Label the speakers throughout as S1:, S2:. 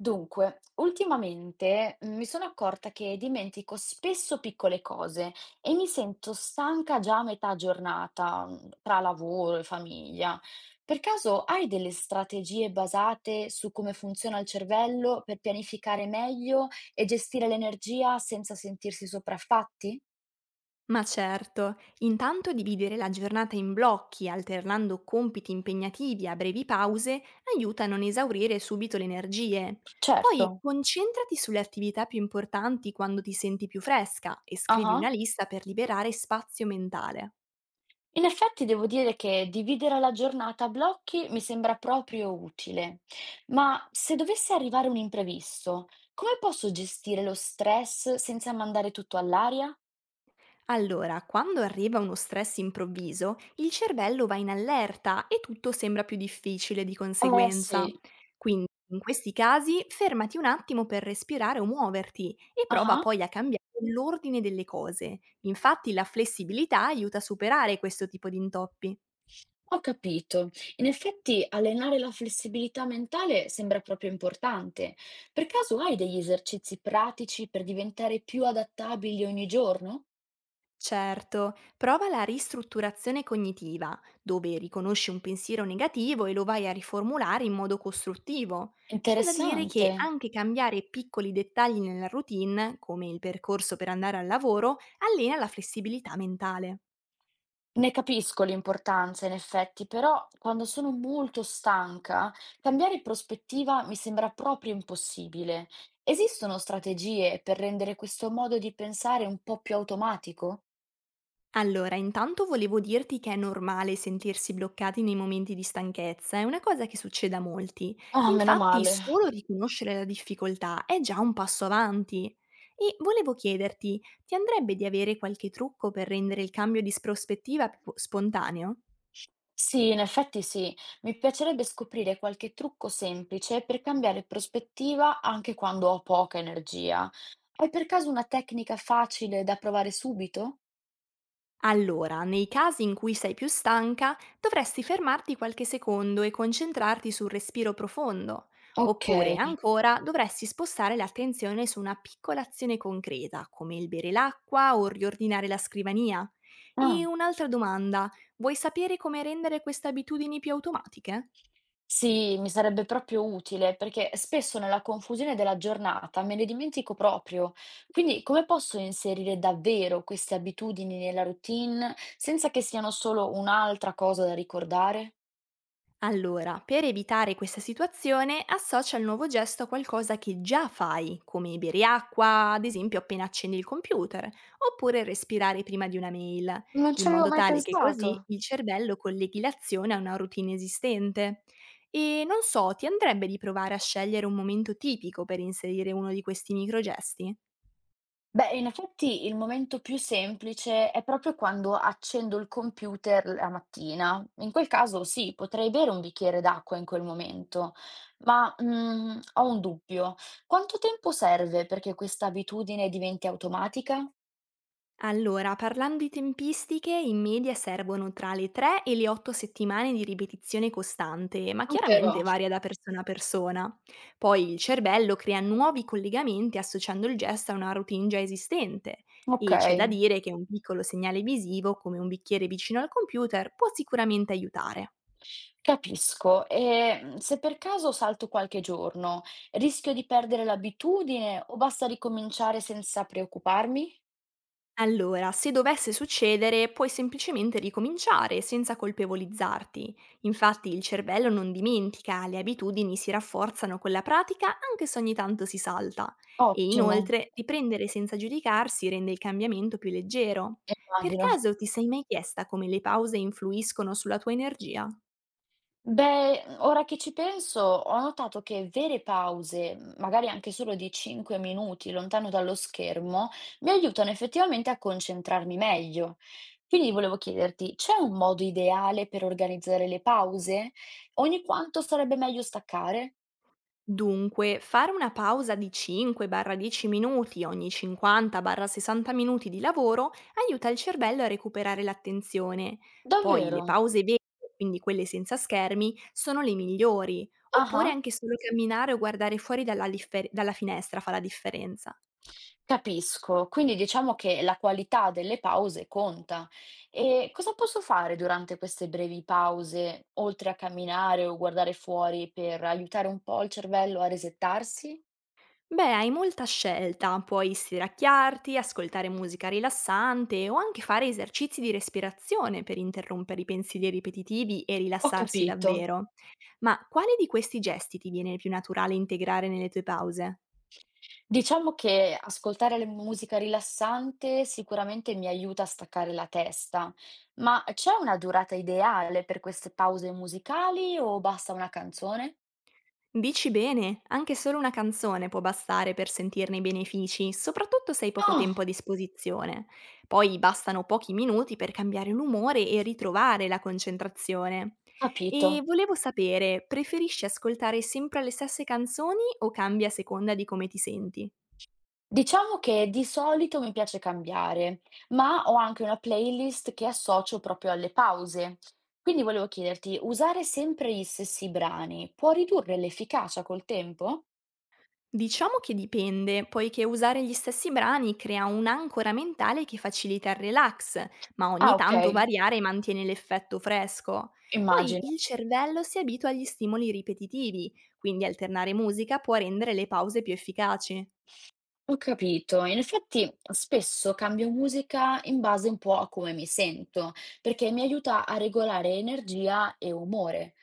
S1: Dunque, ultimamente mi sono accorta che dimentico spesso piccole cose e mi sento stanca già a metà giornata, tra lavoro e famiglia. Per caso hai delle strategie basate su come funziona il cervello per pianificare meglio e gestire l'energia senza sentirsi sopraffatti?
S2: Ma certo, intanto dividere la giornata in blocchi, alternando compiti impegnativi a brevi pause, aiuta a non esaurire subito le energie.
S1: Certo.
S2: Poi concentrati sulle attività più importanti quando ti senti più fresca e scrivi
S1: Ah.
S2: una lista per liberare spazio mentale.
S1: In effetti devo dire che dividere la giornata a blocchi mi sembra proprio utile, ma se dovesse arrivare un imprevisto, come posso gestire lo stress senza mandare tutto all'aria?
S2: Allora, quando arriva uno stress improvviso, il cervello va in allerta e tutto sembra più difficile di
S1: Eh
S2: conseguenza.
S1: sì.
S2: Quindi, in questi casi, fermati un attimo per respirare o muoverti e prova
S1: Ah,
S2: poi a cambiare l'ordine delle cose. Infatti, la flessibilità aiuta a superare questo tipo di intoppi.
S1: ho capito. In effetti allenare la flessibilità mentale sembra proprio importante. Per caso hai degli esercizi pratici per diventare più adattabili ogni giorno?
S2: Certo, prova la ristrutturazione cognitiva, dove riconosci un pensiero negativo e lo vai a riformulare in modo costruttivo. C'è da dire
S1: Interessante.
S2: che anche cambiare piccoli dettagli nella routine, come il percorso per andare al lavoro, allena la flessibilità mentale.
S1: Ne capisco l'importanza in effetti, però quando sono molto stanca, cambiare prospettiva mi sembra proprio impossibile. Esistono strategie per rendere questo modo di pensare un po' più automatico?
S2: Allora, intanto volevo dirti che è normale sentirsi bloccati nei momenti di stanchezza, è una cosa che succede a molti.
S1: Ah, meno
S2: Infatti,
S1: male.
S2: solo riconoscere la difficoltà è già un passo avanti. E volevo chiederti, ti andrebbe di avere qualche trucco per rendere il cambio di prospettiva più spontaneo?
S1: Sì, in effetti sì. Mi piacerebbe scoprire qualche trucco semplice per cambiare prospettiva anche quando ho poca energia. Hai per caso una tecnica facile da provare subito?
S2: Allora, nei casi in cui sei più stanca, dovresti fermarti qualche secondo e concentrarti sul respiro profondo.
S1: Ok.
S2: Oppure, ancora, dovresti spostare l'attenzione su una piccola azione concreta, come il bere l'acqua o riordinare la scrivania.
S1: Ah.
S2: E un'altra domanda, vuoi sapere come rendere queste abitudini più automatiche?
S1: Sì, mi sarebbe proprio utile, perché spesso nella confusione della giornata me ne dimentico proprio. Quindi come posso inserire davvero queste abitudini nella routine senza che siano solo un'altra cosa da ricordare?
S2: Allora, per evitare questa situazione, associa il nuovo gesto a qualcosa che già fai, come bere acqua, ad esempio appena accendi il computer, oppure respirare prima di una mail,
S1: Non
S2: in
S1: ci avevo
S2: modo
S1: mai
S2: tale che così
S1: pensato.
S2: il cervello colleghi l'azione a una routine esistente. E non so, ti andrebbe di provare a scegliere un momento tipico per inserire uno di questi microgesti?
S1: Beh, in effetti il momento più semplice è proprio quando accendo il computer la mattina. In quel caso sì, potrei bere un bicchiere d'acqua in quel momento, ma ho un dubbio. Quanto tempo serve perché questa abitudine diventi automatica?
S2: Allora, parlando di tempistiche, in media servono tra le 3 e le 8 settimane di ripetizione costante, ma
S1: Ah,
S2: chiaramente
S1: però,
S2: varia da persona a persona. Poi il cervello crea nuovi collegamenti associando il gesto a una routine già esistente
S1: ok,
S2: e c'è da dire che un piccolo segnale visivo come un bicchiere vicino al computer può sicuramente aiutare.
S1: capisco. E se per caso salto qualche giorno, rischio di perdere l'abitudine o basta ricominciare senza preoccuparmi?
S2: Allora, se dovesse succedere, puoi semplicemente ricominciare senza colpevolizzarti. Infatti il cervello non dimentica, le abitudini si rafforzano con la pratica anche se ogni tanto si salta. E
S1: Ottimo,
S2: inoltre, riprendere senza giudicarsi rende il cambiamento più leggero. Per
S1: immagino.
S2: caso ti sei mai chiesta come le pause influiscono sulla tua energia?
S1: Beh, ora che ci penso, ho notato che vere pause, magari anche solo di 5 minuti lontano dallo schermo, mi aiutano effettivamente a concentrarmi meglio. Quindi volevo chiederti, c'è un modo ideale per organizzare le pause? Ogni quanto sarebbe meglio staccare?
S2: Dunque, fare una pausa di 5-10 minuti ogni 50-60 minuti di lavoro aiuta il cervello a recuperare l'attenzione. Poi le
S1: Davvero?
S2: pause vere, quindi quelle senza schermi, sono le migliori, oppure
S1: Ah.
S2: anche solo camminare o guardare fuori dalla finestra fa la differenza.
S1: Capisco, quindi diciamo che la qualità delle pause conta. E cosa posso fare durante queste brevi pause, oltre a camminare o guardare fuori per aiutare un po' il cervello a resettarsi?
S2: Beh, hai molta scelta, puoi stiracchiarti, ascoltare musica rilassante o anche fare esercizi di respirazione per interrompere i pensieri ripetitivi e
S1: Ho
S2: rilassarsi
S1: capito.
S2: davvero. Ma quale di questi gesti ti viene più naturale integrare nelle tue pause?
S1: Diciamo che ascoltare la musica rilassante sicuramente mi aiuta a staccare la testa, ma c'è una durata ideale per queste pause musicali o basta una canzone?
S2: Dici bene, anche solo una canzone può bastare per sentirne i benefici, soprattutto se hai poco tempo
S1: Ah,
S2: a disposizione. Poi bastano pochi minuti per cambiare l'umore e ritrovare la concentrazione. E
S1: capito.
S2: volevo sapere, preferisci ascoltare sempre le stesse canzoni o cambia a seconda di come ti senti?
S1: Diciamo che di solito mi piace cambiare, ma ho anche una playlist che associo proprio alle pause. Quindi volevo chiederti, usare sempre gli stessi brani può ridurre l'efficacia col tempo?
S2: Diciamo che dipende, poiché usare gli stessi brani crea un'ancora mentale che facilita il relax, ma ogni
S1: Ah, ok,
S2: tanto variare mantiene l'effetto fresco. Poi
S1: immagino.
S2: il cervello si abitua agli stimoli ripetitivi, quindi alternare musica può rendere le pause più efficaci.
S1: Ho capito. In effetti spesso cambio musica in base un po' a come mi sento, perché mi aiuta a regolare energia e umore.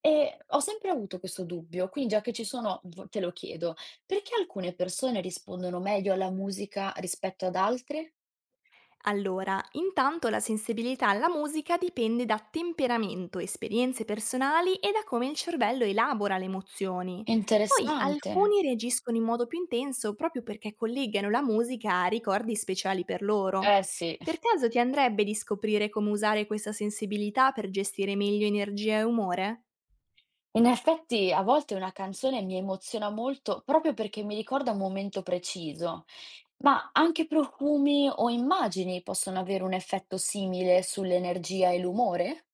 S1: E ho sempre avuto questo dubbio, quindi già che ci sono, te lo chiedo, perché alcune persone rispondono meglio alla musica rispetto ad altre?
S2: Allora, intanto la sensibilità alla musica dipende da temperamento, esperienze personali e da come il cervello elabora le emozioni. Poi
S1: Interessante.
S2: alcuni reagiscono in modo più intenso proprio perché collegano la musica a ricordi speciali per loro.
S1: Eh sì,
S2: Per caso ti andrebbe di scoprire come usare questa sensibilità per gestire meglio energia e umore?
S1: in effetti a volte una canzone mi emoziona molto proprio perché mi ricorda un momento preciso. Ma anche profumi o immagini possono avere un effetto simile sull'energia e l'umore?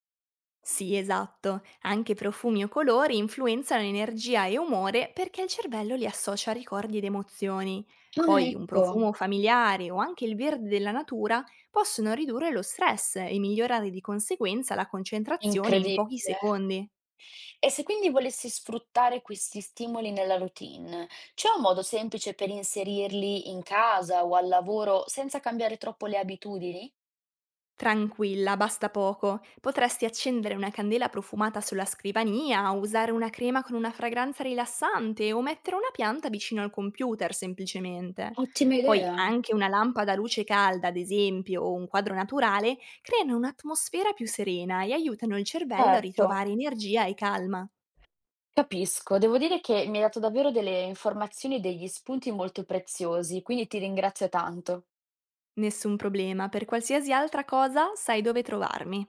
S2: Sì, esatto. Anche profumi o colori influenzano energia e umore perché il cervello li associa a ricordi ed emozioni.
S1: Ah,
S2: Poi un
S1: ecco.
S2: profumo familiare o anche il verde della natura possono ridurre lo stress e migliorare di conseguenza la concentrazione in pochi
S1: Incredibile.
S2: secondi.
S1: E se quindi volessi sfruttare questi stimoli nella routine, c'è un modo semplice per inserirli in casa o al lavoro senza cambiare troppo le abitudini?
S2: Tranquilla, basta poco. Potresti accendere una candela profumata sulla scrivania, usare una crema con una fragranza rilassante o mettere una pianta vicino al computer semplicemente.
S1: Ottima
S2: Poi
S1: idea.
S2: anche una lampada a luce calda, ad esempio, o un quadro naturale, creano un'atmosfera più serena e aiutano il cervello a
S1: Certo,
S2: ritrovare energia e calma.
S1: capisco. Devo dire che mi hai dato davvero delle informazioni e degli spunti molto preziosi, quindi ti ringrazio tanto.
S2: Nessun problema, per qualsiasi altra cosa sai dove trovarmi.